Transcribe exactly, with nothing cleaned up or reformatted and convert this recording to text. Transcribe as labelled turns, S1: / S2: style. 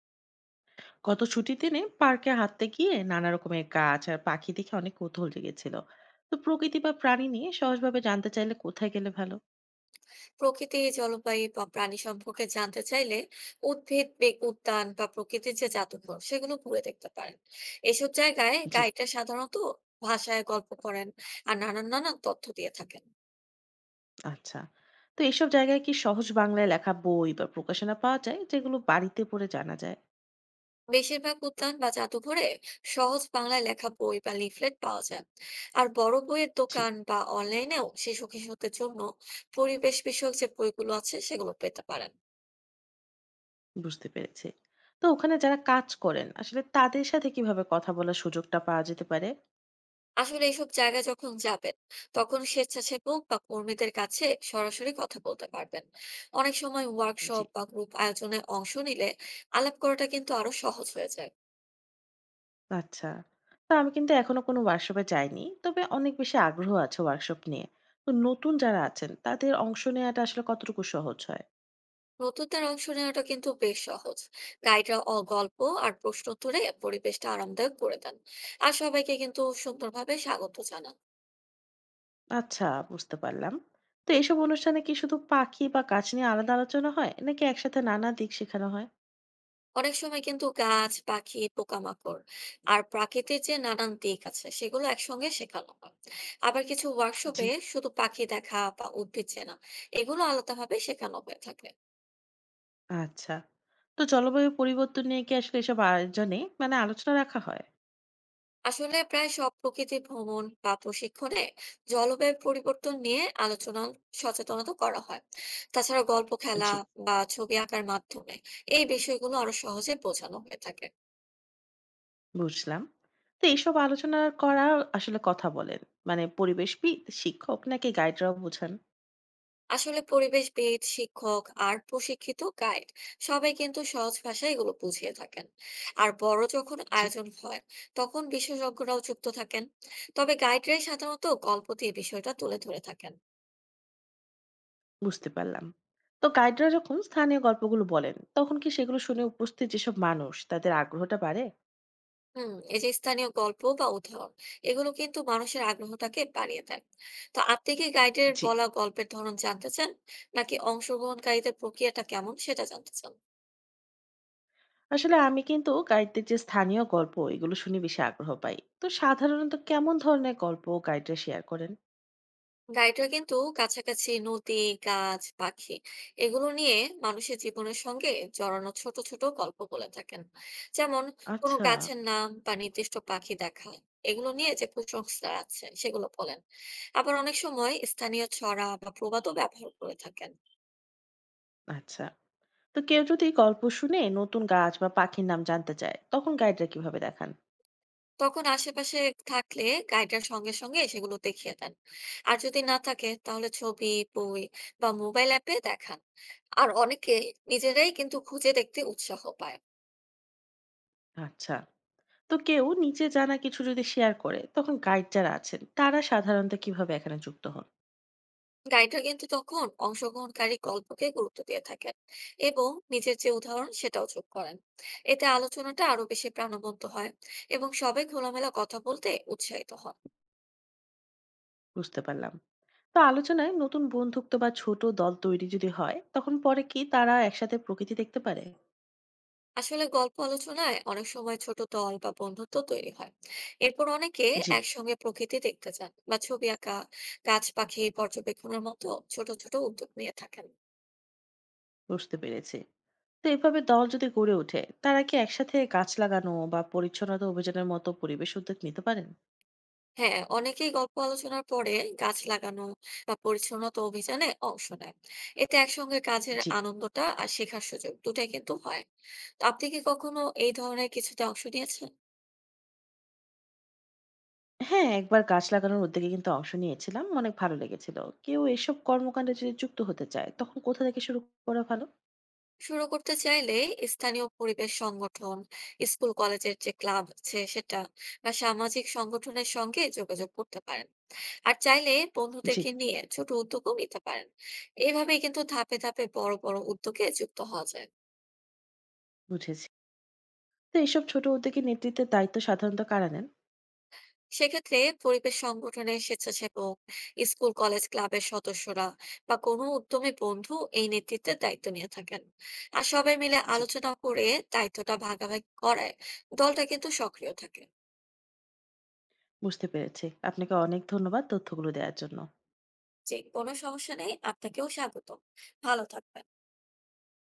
S1: গত ছুটির দিনে পার্কে হাঁটতে গিয়ে নানা রকমের গাছ আর পাখি দেখে অনেক কৌতূহল জেগেছিল। তো প্রকৃতি বা প্রাণী নিয়ে সহজভাবে জানতে চাইলে কোথায় গেলে ভালো?
S2: প্রকৃতি, জলবায়ু বা প্রাণী সম্পর্কে জানতে চাইলে উদ্ভিদ বি- উদ্যান বা প্রকৃতির যে জাদুঘর সেগুলো ঘুরে দেখতে পারেন। এসব জায়গায়
S1: জি।
S2: গাইডরা সাধারণত ভাষায় গল্প করেন আর নানান নানান তথ্য দিয়ে থাকেন।
S1: আচ্ছা। তো এসব জায়গায় কি সহজ বাংলায় লেখা বই বা প্রকাশনা পাওয়া যায়, যেগুলো বাড়িতে পড়ে জানা যায়?
S2: বেশিরভাগ উদ্যান বা জাদুঘরে সহজ বাংলায় লেখা বই বা লিফলেট পাওয়া যায়। আর বড় বইয়ের
S1: জি।
S2: দোকান বা অনলাইনেও শিশু কিশোরদের জন্য পরিবেশ বিষয়ক যে বইগুলো আছে সেগুলো পেতে পারেন।
S1: বুঝতে পেরেছি। তো ওখানে যারা কাজ করেন আসলে তাদের সাথে কিভাবে কথা বলার সুযোগটা পাওয়া যেতে পারে?
S2: আসলে এইসব জায়গায় যখন যাবেন, তখন স্বেচ্ছাসেবক বা কর্মীদের কাছে সরাসরি কথা বলতে পারবেন। অনেক সময়
S1: জি।
S2: ওয়ার্কশপ বা গ্রুপ আয়োজনে অংশ নিলে আলাপ করাটা কিন্তু আরো সহজ হয়ে যায়।
S1: আচ্ছা। তো আমি কিন্তু এখনো কোনো ওয়ার্কশপে যাইনি। তবে অনেক বেশি আগ্রহ আছে ওয়ার্কশপ নিয়ে। তো নতুন যারা আছেন তাদের অংশ নেয়াটা আসলে কতটুকু সহজ হয়?
S2: নতুনদের অংশ নেওয়াটা কিন্তু বেশ সহজ। গাইডরা অ গল্প আর প্রশ্ন উত্তরে পরিবেশটা আরামদায়ক করে দেন, আর সবাইকে কিন্তু সুন্দরভাবে স্বাগত জানান।
S1: আচ্ছা, বুঝতে পারলাম। তো এইসব অনুষ্ঠানে কি শুধু পাখি বা গাছ নিয়ে আলাদা আলোচনা হয়? নাকি একসাথে নানা দিক শেখানো হয়?
S2: অনেক সময় কিন্তু গাছ, পাখি, পোকামাকড় আর প্রাকৃতিক যে নানান দিক আছে সেগুলো একসঙ্গে শেখানো হয়। আবার কিছু
S1: জি।
S2: ওয়ার্কশপে শুধু পাখি দেখা বা উদ্ভিদ চেনা এগুলো আলাদাভাবে শেখানো হয়ে থাকে।
S1: আচ্ছা। তো জলবায়ু পরিবর্তন নিয়ে কি আসলে এসব আয়োজনে মানে আলোচনা রাখা হয়?
S2: আসলে প্রায় সব প্রকৃতি ভ্রমণ বা প্রশিক্ষণে জলবায়ু পরিবর্তন নিয়ে আলোচনা, সচেতনতা করা হয়। তাছাড়া গল্প, খেলা
S1: জি।
S2: বা ছবি আঁকার মাধ্যমে এই বিষয়গুলো আরো সহজে বোঝানো হয়ে থাকে।
S1: বুঝলাম। তো এইসব আলোচনা করা আসলে কথা বলেন? মানে পরিবেশবিদ, শিক্ষক নাকি গাইডরাও বোঝান?
S2: আসলে পরিবেশবিদ, শিক্ষক আর প্রশিক্ষিত গাইড সবাই কিন্তু সহজ ভাষায় এগুলো বুঝিয়ে থাকেন। আর বড় যখন
S1: জি।
S2: আয়োজন হয়, তখন বিশেষজ্ঞরাও যুক্ত থাকেন। তবে গাইডরাই সাধারণত গল্প দিয়ে বিষয়টা তুলে ধরে থাকেন।
S1: বুঝতে পারলাম। তো গাইডরা যখন স্থানীয় গল্পগুলো বলেন, তখন কি সেগুলো শুনে উপস্থিত যেসব মানুষ তাদের আগ্রহটা বাড়ে?
S2: হুম, এই যে স্থানীয় গল্প বা উদাহরণ, এগুলো কিন্তু মানুষের আগ্রহটাকে বাড়িয়ে দেয়। তো আপনি কি গাইডের
S1: জি।
S2: বলা গল্পের ধরন জানতে চান, নাকি অংশগ্রহণকারীদের প্রক্রিয়াটা কেমন সেটা জানতে চান?
S1: আসলে আমি কিন্তু গাইডদের যে স্থানীয় গল্প এগুলো শুনে বেশি আগ্রহ পাই। তো সাধারণত কেমন ধরনের গল্প গাইডরা শেয়ার করেন?
S2: গাইডরা কিন্তু কাছাকাছি নদী, গাছ, পাখি এগুলো নিয়ে মানুষের জীবনের সঙ্গে জড়ানো ছোট ছোট গল্প বলে থাকেন। যেমন কোনো
S1: আচ্ছা,
S2: গাছের নাম বা নির্দিষ্ট পাখি দেখা, এগুলো নিয়ে যে কুসংস্কার আছে সেগুলো বলেন। আবার অনেক সময় স্থানীয় ছড়া বা প্রবাদও ব্যবহার করে থাকেন।
S1: আচ্ছা। তো কেউ যদি গল্প শুনে নতুন গাছ বা পাখির নাম জানতে চায়, তখন গাইডরা কিভাবে দেখান?
S2: তখন আশেপাশে থাকলে গাইডের সঙ্গে সঙ্গে সেগুলো দেখিয়ে দেন। আর যদি না থাকে তাহলে ছবি, বই বা মোবাইল অ্যাপে দেখান। আর অনেকে নিজেরাই কিন্তু খুঁজে দেখতে উৎসাহ পায়।
S1: আচ্ছা। তো কেউ নিচে জানা কিছু যদি শেয়ার করে, তখন গাইড যারা আছেন তারা সাধারণত কিভাবে এখানে যুক্ত হন?
S2: গাইডরা কিন্তু তখন অংশগ্রহণকারী গল্পকে গুরুত্ব দিয়ে থাকেন এবং নিজের যে উদাহরণ সেটাও যোগ করেন। এতে আলোচনাটা আরো বেশি প্রাণবন্ত হয় এবং সবাই খোলামেলা কথা বলতে উৎসাহিত হন।
S1: বুঝতে পারলাম। তো আলোচনায় নতুন বন্ধুত্ব বা ছোট দল তৈরি যদি হয়, তখন পরে কি তারা একসাথে প্রকৃতি দেখতে পারে?
S2: আসলে গল্প আলোচনায় অনেক সময় ছোট দল বা বন্ধুত্ব তৈরি হয়। এরপর অনেকে
S1: জি।
S2: একসঙ্গে প্রকৃতি দেখতে যান বা ছবি আঁকা, গাছ পাখি পর্যবেক্ষণের মতো ছোট ছোট উদ্যোগ নিয়ে থাকেন।
S1: বুঝতে পেরেছি। তো এভাবে দল যদি গড়ে ওঠে, তারা কি একসাথে গাছ লাগানো বা পরিচ্ছন্নতা অভিযানের মতো পরিবেশ উদ্যোগ নিতে পারেন?
S2: হ্যাঁ, অনেকেই গল্প আলোচনার পরে গাছ লাগানো বা পরিচ্ছন্নতা অভিযানে অংশ নেয়। এতে একসঙ্গে কাজের
S1: জি।
S2: আনন্দটা আর শেখার সুযোগ দুটাই কিন্তু হয়। তো আপনি কি কখনো এই ধরনের কিছুতে অংশ নিয়েছেন?
S1: হ্যাঁ, একবার গাছ লাগানোর উদ্যোগে কিন্তু অংশ নিয়েছিলাম, অনেক ভালো লেগেছিল। কেউ এসব কর্মকাণ্ডে যদি যুক্ত হতে চায়, তখন কোথা থেকে শুরু করা ভালো?
S2: শুরু করতে চাইলে স্থানীয় পরিবেশ সংগঠন, স্কুল কলেজের যে ক্লাব আছে সেটা বা সামাজিক সংগঠনের সঙ্গে যোগাযোগ করতে পারেন। আর চাইলে
S1: জি।
S2: বন্ধুদেরকে নিয়ে ছোট উদ্যোগও নিতে পারেন। এইভাবেই কিন্তু ধাপে ধাপে বড় বড় উদ্যোগে যুক্ত হওয়া যায়।
S1: বুঝেছি। তো এসব ছোট উদ্যোগে নেতৃত্বের দায়িত্ব সাধারণত কারা নেন?
S2: সেক্ষেত্রে পরিবেশ সংগঠনের স্বেচ্ছাসেবক, স্কুল কলেজ ক্লাবের সদস্যরা বা কোনো উদ্যমী বন্ধু এই নেতৃত্বের দায়িত্ব নিয়ে থাকেন। আর সবাই মিলে
S1: জি।
S2: আলোচনা করে দায়িত্বটা ভাগাভাগি করায় দলটা কিন্তু সক্রিয় থাকে।
S1: বুঝতে পেরেছি, আপনাকে অনেক ধন্যবাদ তথ্যগুলো দেওয়ার জন্য।
S2: যে কোনো সমস্যা নেই, আপনাকেও স্বাগত। ভালো থাকবেন।